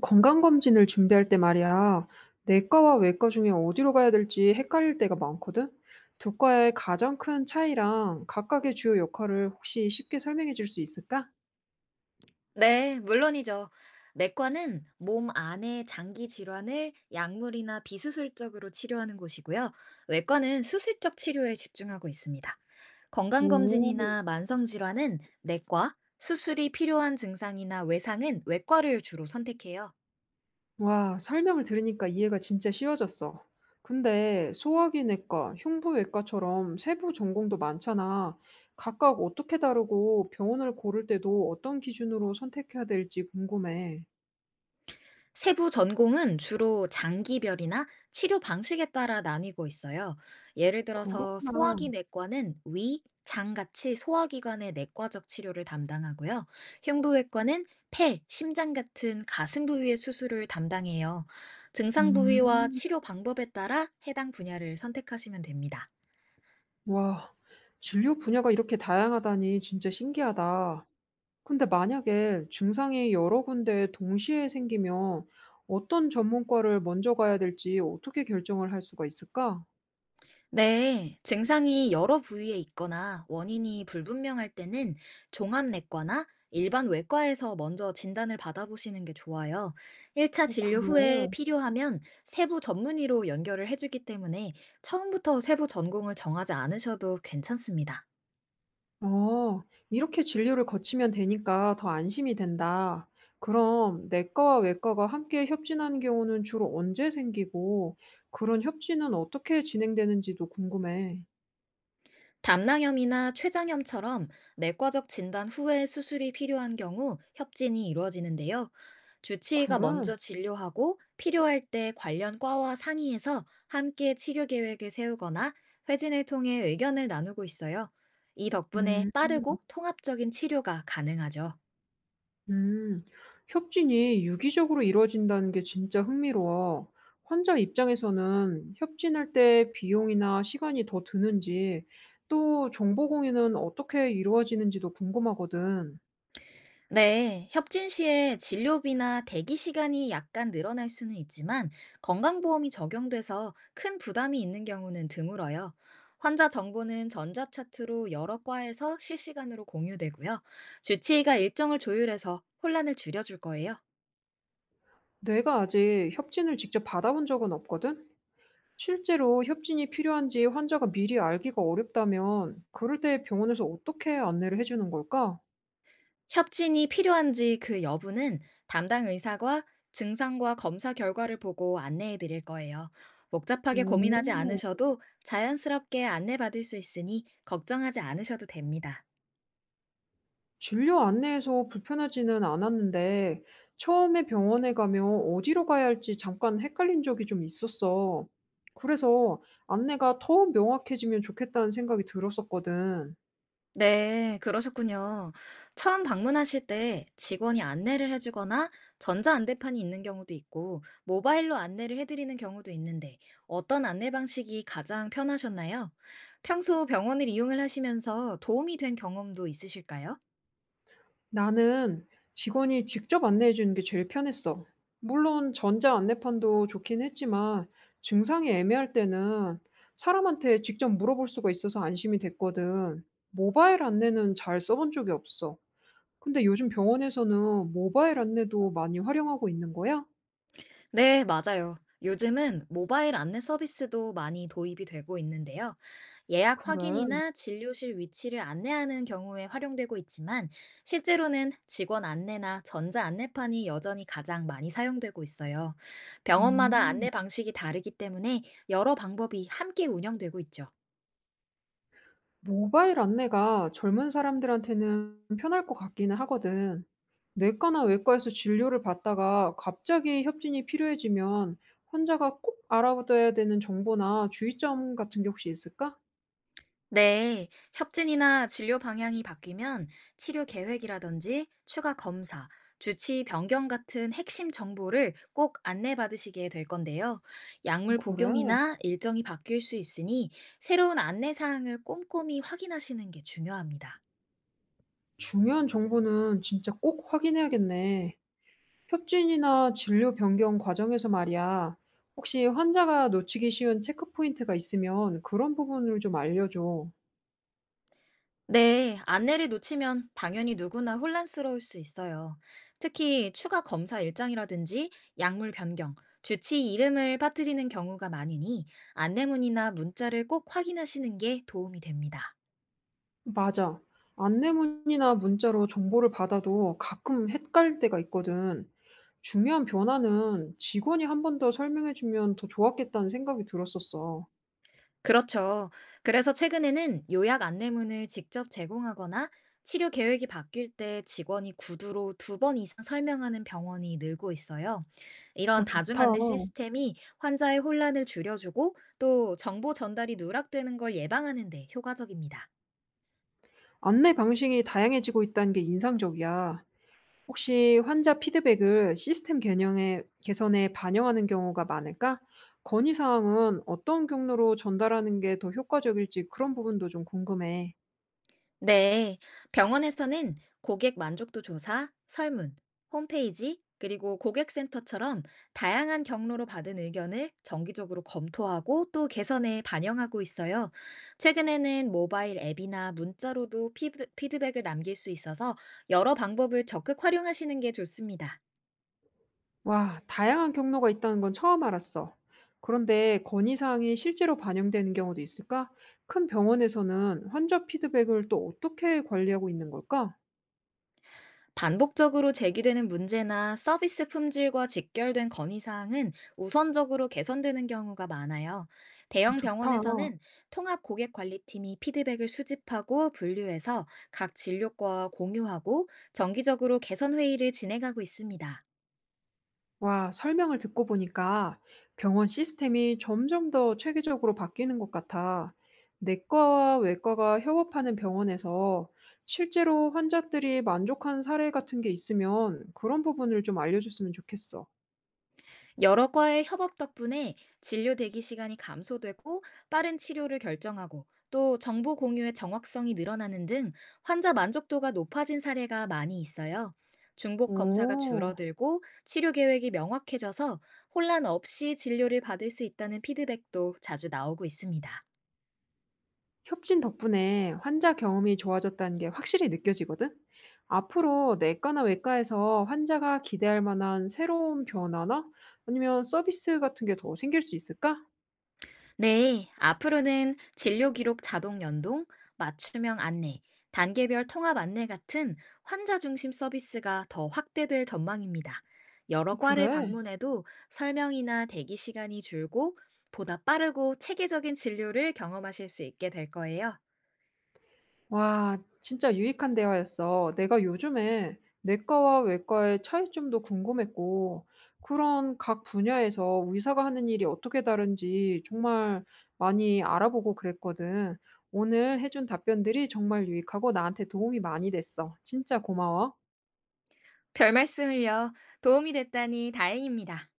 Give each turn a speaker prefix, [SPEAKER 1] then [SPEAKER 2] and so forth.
[SPEAKER 1] 건강검진을 준비할 때 말이야, 내과와 외과 중에 어디로 가야 될지 헷갈릴 때가 많거든? 두 과의 가장 큰 차이랑 각각의 주요 역할을 혹시 쉽게 설명해 줄 수 있을까?
[SPEAKER 2] 네, 물론이죠. 내과는 몸 안의 장기 질환을 약물이나 비수술적으로 치료하는 곳이고요. 외과는 수술적 치료에 집중하고 있습니다.
[SPEAKER 1] 오,
[SPEAKER 2] 건강검진이나 만성질환은 내과, 수술이 필요한 증상이나 외상은 외과를 주로 선택해요.
[SPEAKER 1] 와, 설명을 들으니까 이해가 진짜 쉬워졌어. 근데 소화기내과, 흉부외과처럼 세부 전공도 많잖아. 각각 어떻게 다르고 병원을 고를 때도 어떤 기준으로 선택해야 될지 궁금해.
[SPEAKER 2] 세부 전공은 주로 장기별이나 치료 방식에 따라 나뉘고 있어요. 예를 들어서
[SPEAKER 1] 그렇구나.
[SPEAKER 2] 소화기 내과는 위, 장 같이 소화기관의 내과적 치료를 담당하고요. 흉부외과는 폐, 심장 같은 가슴 부위의 수술을 담당해요. 증상 부위와
[SPEAKER 1] 음.
[SPEAKER 2] 치료 방법에 따라 해당 분야를 선택하시면 됩니다.
[SPEAKER 1] 와, 진료 분야가 이렇게 다양하다니 진짜 신기하다. 근데 만약에 증상이 여러 군데 동시에 생기면 어떤 전문과를 먼저 가야 될지 어떻게 결정을 할 수가 있을까?
[SPEAKER 2] 네, 증상이 여러 부위에 있거나 원인이 불분명할 때는 종합내과나 일반 외과에서 먼저 진단을 받아보시는 게 좋아요. 1차
[SPEAKER 1] 어,
[SPEAKER 2] 진료
[SPEAKER 1] 그래.
[SPEAKER 2] 후에 필요하면 세부 전문의로 연결을 해주기 때문에 처음부터 세부 전공을 정하지 않으셔도 괜찮습니다.
[SPEAKER 1] 어, 이렇게 진료를 거치면 되니까 더 안심이 된다. 그럼 내과와 외과가 함께 협진하는 경우는 주로 언제 생기고 그런 협진은 어떻게 진행되는지도 궁금해.
[SPEAKER 2] 담낭염이나 췌장염처럼 내과적 진단 후에 수술이 필요한 경우 협진이 이루어지는데요. 주치의가
[SPEAKER 1] 그래?
[SPEAKER 2] 먼저 진료하고 필요할 때 관련 과와 상의해서 함께 치료 계획을 세우거나 회진을 통해 의견을 나누고 있어요. 이 덕분에
[SPEAKER 1] 음.
[SPEAKER 2] 빠르고 통합적인 치료가 가능하죠.
[SPEAKER 1] 음, 협진이 유기적으로 이루어진다는 게 진짜 흥미로워. 환자 입장에서는 협진할 때 비용이나 시간이 더 드는지, 또 정보 공유는 어떻게 이루어지는지도 궁금하거든.
[SPEAKER 2] 네, 협진 시에 진료비나 대기 시간이 약간 늘어날 수는 있지만 건강보험이 적용돼서 큰 부담이 있는 경우는 드물어요. 환자 정보는 전자차트로 여러 과에서 실시간으로 공유되고요. 주치의가 일정을 조율해서 혼란을 줄여줄 거예요.
[SPEAKER 1] 내가 아직 협진을 직접 받아본 적은 없거든? 실제로 협진이 필요한지 환자가 미리 알기가 어렵다면, 그럴 때 병원에서 어떻게 안내를 해주는 걸까?
[SPEAKER 2] 협진이 필요한지 그 여부는 담당 의사가 증상과 검사 결과를 보고 안내해 드릴 거예요. 복잡하게 고민하지
[SPEAKER 1] 오.
[SPEAKER 2] 않으셔도 자연스럽게 안내받을 수 있으니 걱정하지 않으셔도 됩니다.
[SPEAKER 1] 진료 안내에서 불편하지는 않았는데, 처음에 병원에 가면 어디로 가야 할지 잠깐 헷갈린 적이 좀 있었어. 그래서 안내가 더 명확해지면 좋겠다는 생각이 들었었거든.
[SPEAKER 2] 네, 그러셨군요. 처음 방문하실 때 직원이 안내를 해주거나 전자 안내판이 있는 경우도 있고 모바일로 안내를 해드리는 경우도 있는데 어떤 안내 방식이 가장 편하셨나요? 평소 병원을 이용을 하시면서 도움이 된 경험도 있으실까요?
[SPEAKER 1] 나는 직원이 직접 안내해 주는 게 제일 편했어. 물론 전자 안내판도 좋긴 했지만, 증상이 애매할 때는 사람한테 직접 물어볼 수가 있어서 안심이 됐거든. 모바일 안내는 잘 써본 적이 없어. 근데 요즘 병원에서는 모바일 안내도 많이 활용하고 있는 거야?
[SPEAKER 2] 네, 맞아요. 요즘은 모바일 안내 서비스도 많이 도입이 되고 있는데요. 예약
[SPEAKER 1] 그래.
[SPEAKER 2] 확인이나 진료실 위치를 안내하는 경우에 활용되고 있지만, 실제로는 직원 안내나 전자 안내판이 여전히 가장 많이 사용되고 있어요. 병원마다
[SPEAKER 1] 음.
[SPEAKER 2] 안내 방식이 다르기 때문에 여러 방법이 함께 운영되고 있죠.
[SPEAKER 1] 모바일 안내가 젊은 사람들한테는 편할 것 같기는 하거든. 내과나 외과에서 진료를 받다가 갑자기 협진이 필요해지면 환자가 꼭 알아둬야 되는 정보나 주의점 같은 게 혹시 있을까?
[SPEAKER 2] 네, 협진이나 진료 방향이 바뀌면 치료 계획이라든지 추가 검사, 주치 변경 같은 핵심 정보를 꼭 안내받으시게 될 건데요. 약물
[SPEAKER 1] 그래.
[SPEAKER 2] 복용이나 일정이 바뀔 수 있으니 새로운 안내 사항을 꼼꼼히 확인하시는 게 중요합니다.
[SPEAKER 1] 중요한 정보는 진짜 꼭 확인해야겠네. 협진이나 진료 변경 과정에서 말이야. 혹시 환자가 놓치기 쉬운 체크포인트가 있으면 그런 부분을 좀 알려줘.
[SPEAKER 2] 네, 안내를 놓치면 당연히 누구나 혼란스러울 수 있어요. 특히 추가 검사 일정이라든지 약물 변경, 주치 이름을 빠뜨리는 경우가 많으니 안내문이나 문자를 꼭 확인하시는 게 도움이 됩니다.
[SPEAKER 1] 맞아. 안내문이나 문자로 정보를 받아도 가끔 헷갈릴 때가 있거든. 중요한 변화는 직원이 한 번 더 설명해주면 더 좋았겠다는 생각이 들었었어.
[SPEAKER 2] 그렇죠. 그래서 최근에는 요약 안내문을 직접 제공하거나 치료 계획이 바뀔 때 직원이 구두로 2번 이상 설명하는 병원이 늘고 있어요. 이런
[SPEAKER 1] 어,
[SPEAKER 2] 다중
[SPEAKER 1] 좋다.
[SPEAKER 2] 안내 시스템이 환자의 혼란을 줄여주고 또 정보 전달이 누락되는 걸 예방하는 데 효과적입니다.
[SPEAKER 1] 안내 방식이 다양해지고 있다는 게 인상적이야. 혹시 환자 피드백을 시스템 개념에 개선에 반영하는 경우가 많을까? 건의 사항은 어떤 경로로 전달하는 게 더 효과적일지 그런 부분도 좀 궁금해.
[SPEAKER 2] 네, 병원에서는 고객 만족도 조사, 설문, 홈페이지, 그리고 고객센터처럼 다양한 경로로 받은 의견을 정기적으로 검토하고 또 개선에 반영하고 있어요. 최근에는 모바일 앱이나 문자로도 피드백을 남길 수 있어서 여러 방법을 적극 활용하시는 게 좋습니다.
[SPEAKER 1] 와, 다양한 경로가 있다는 건 처음 알았어. 그런데 건의 사항이 실제로 반영되는 경우도 있을까? 큰 병원에서는 환자 피드백을 또 어떻게 관리하고 있는 걸까?
[SPEAKER 2] 반복적으로 제기되는 문제나 서비스 품질과 직결된 건의사항은 우선적으로 개선되는 경우가 많아요. 대형
[SPEAKER 1] 좋다.
[SPEAKER 2] 병원에서는 통합 고객 관리팀이 피드백을 수집하고 분류해서 각 진료과와 공유하고 정기적으로 개선 회의를 진행하고 있습니다.
[SPEAKER 1] 와, 설명을 듣고 보니까 병원 시스템이 점점 더 체계적으로 바뀌는 것 같아. 내과와 외과가 협업하는 병원에서 실제로 환자들이 만족한 사례 같은 게 있으면 그런 부분을 좀 알려줬으면 좋겠어.
[SPEAKER 2] 여러 과의 협업 덕분에 진료 대기 시간이 감소되고 빠른 치료를 결정하고 또 정보 공유의 정확성이 늘어나는 등 환자 만족도가 높아진 사례가 많이 있어요. 중복 검사가
[SPEAKER 1] 오,
[SPEAKER 2] 줄어들고 치료 계획이 명확해져서 혼란 없이 진료를 받을 수 있다는 피드백도 자주 나오고 있습니다.
[SPEAKER 1] 협진 덕분에 환자 경험이 좋아졌다는 게 확실히 느껴지거든? 앞으로 내과나 외과에서 환자가 기대할 만한 새로운 변화나 아니면 서비스 같은 게 더 생길 수 있을까?
[SPEAKER 2] 네, 앞으로는 진료 기록 자동 연동, 맞춤형 안내, 단계별 통합 안내 같은 환자 중심 서비스가 더 확대될 전망입니다. 여러 과를
[SPEAKER 1] 그래.
[SPEAKER 2] 방문해도 설명이나 대기 시간이 줄고 보다 빠르고 체계적인 진료를 경험하실 수 있게 될 거예요.
[SPEAKER 1] 와, 진짜 유익한 대화였어. 내가 요즘에 내과와 외과의 차이점도 궁금했고, 그런 각 분야에서 의사가 하는 일이 어떻게 다른지 정말 많이 알아보고 그랬거든. 오늘 해준 답변들이 정말 유익하고 나한테 도움이 많이 됐어. 진짜 고마워.
[SPEAKER 2] 별 말씀을요. 도움이 됐다니 다행입니다.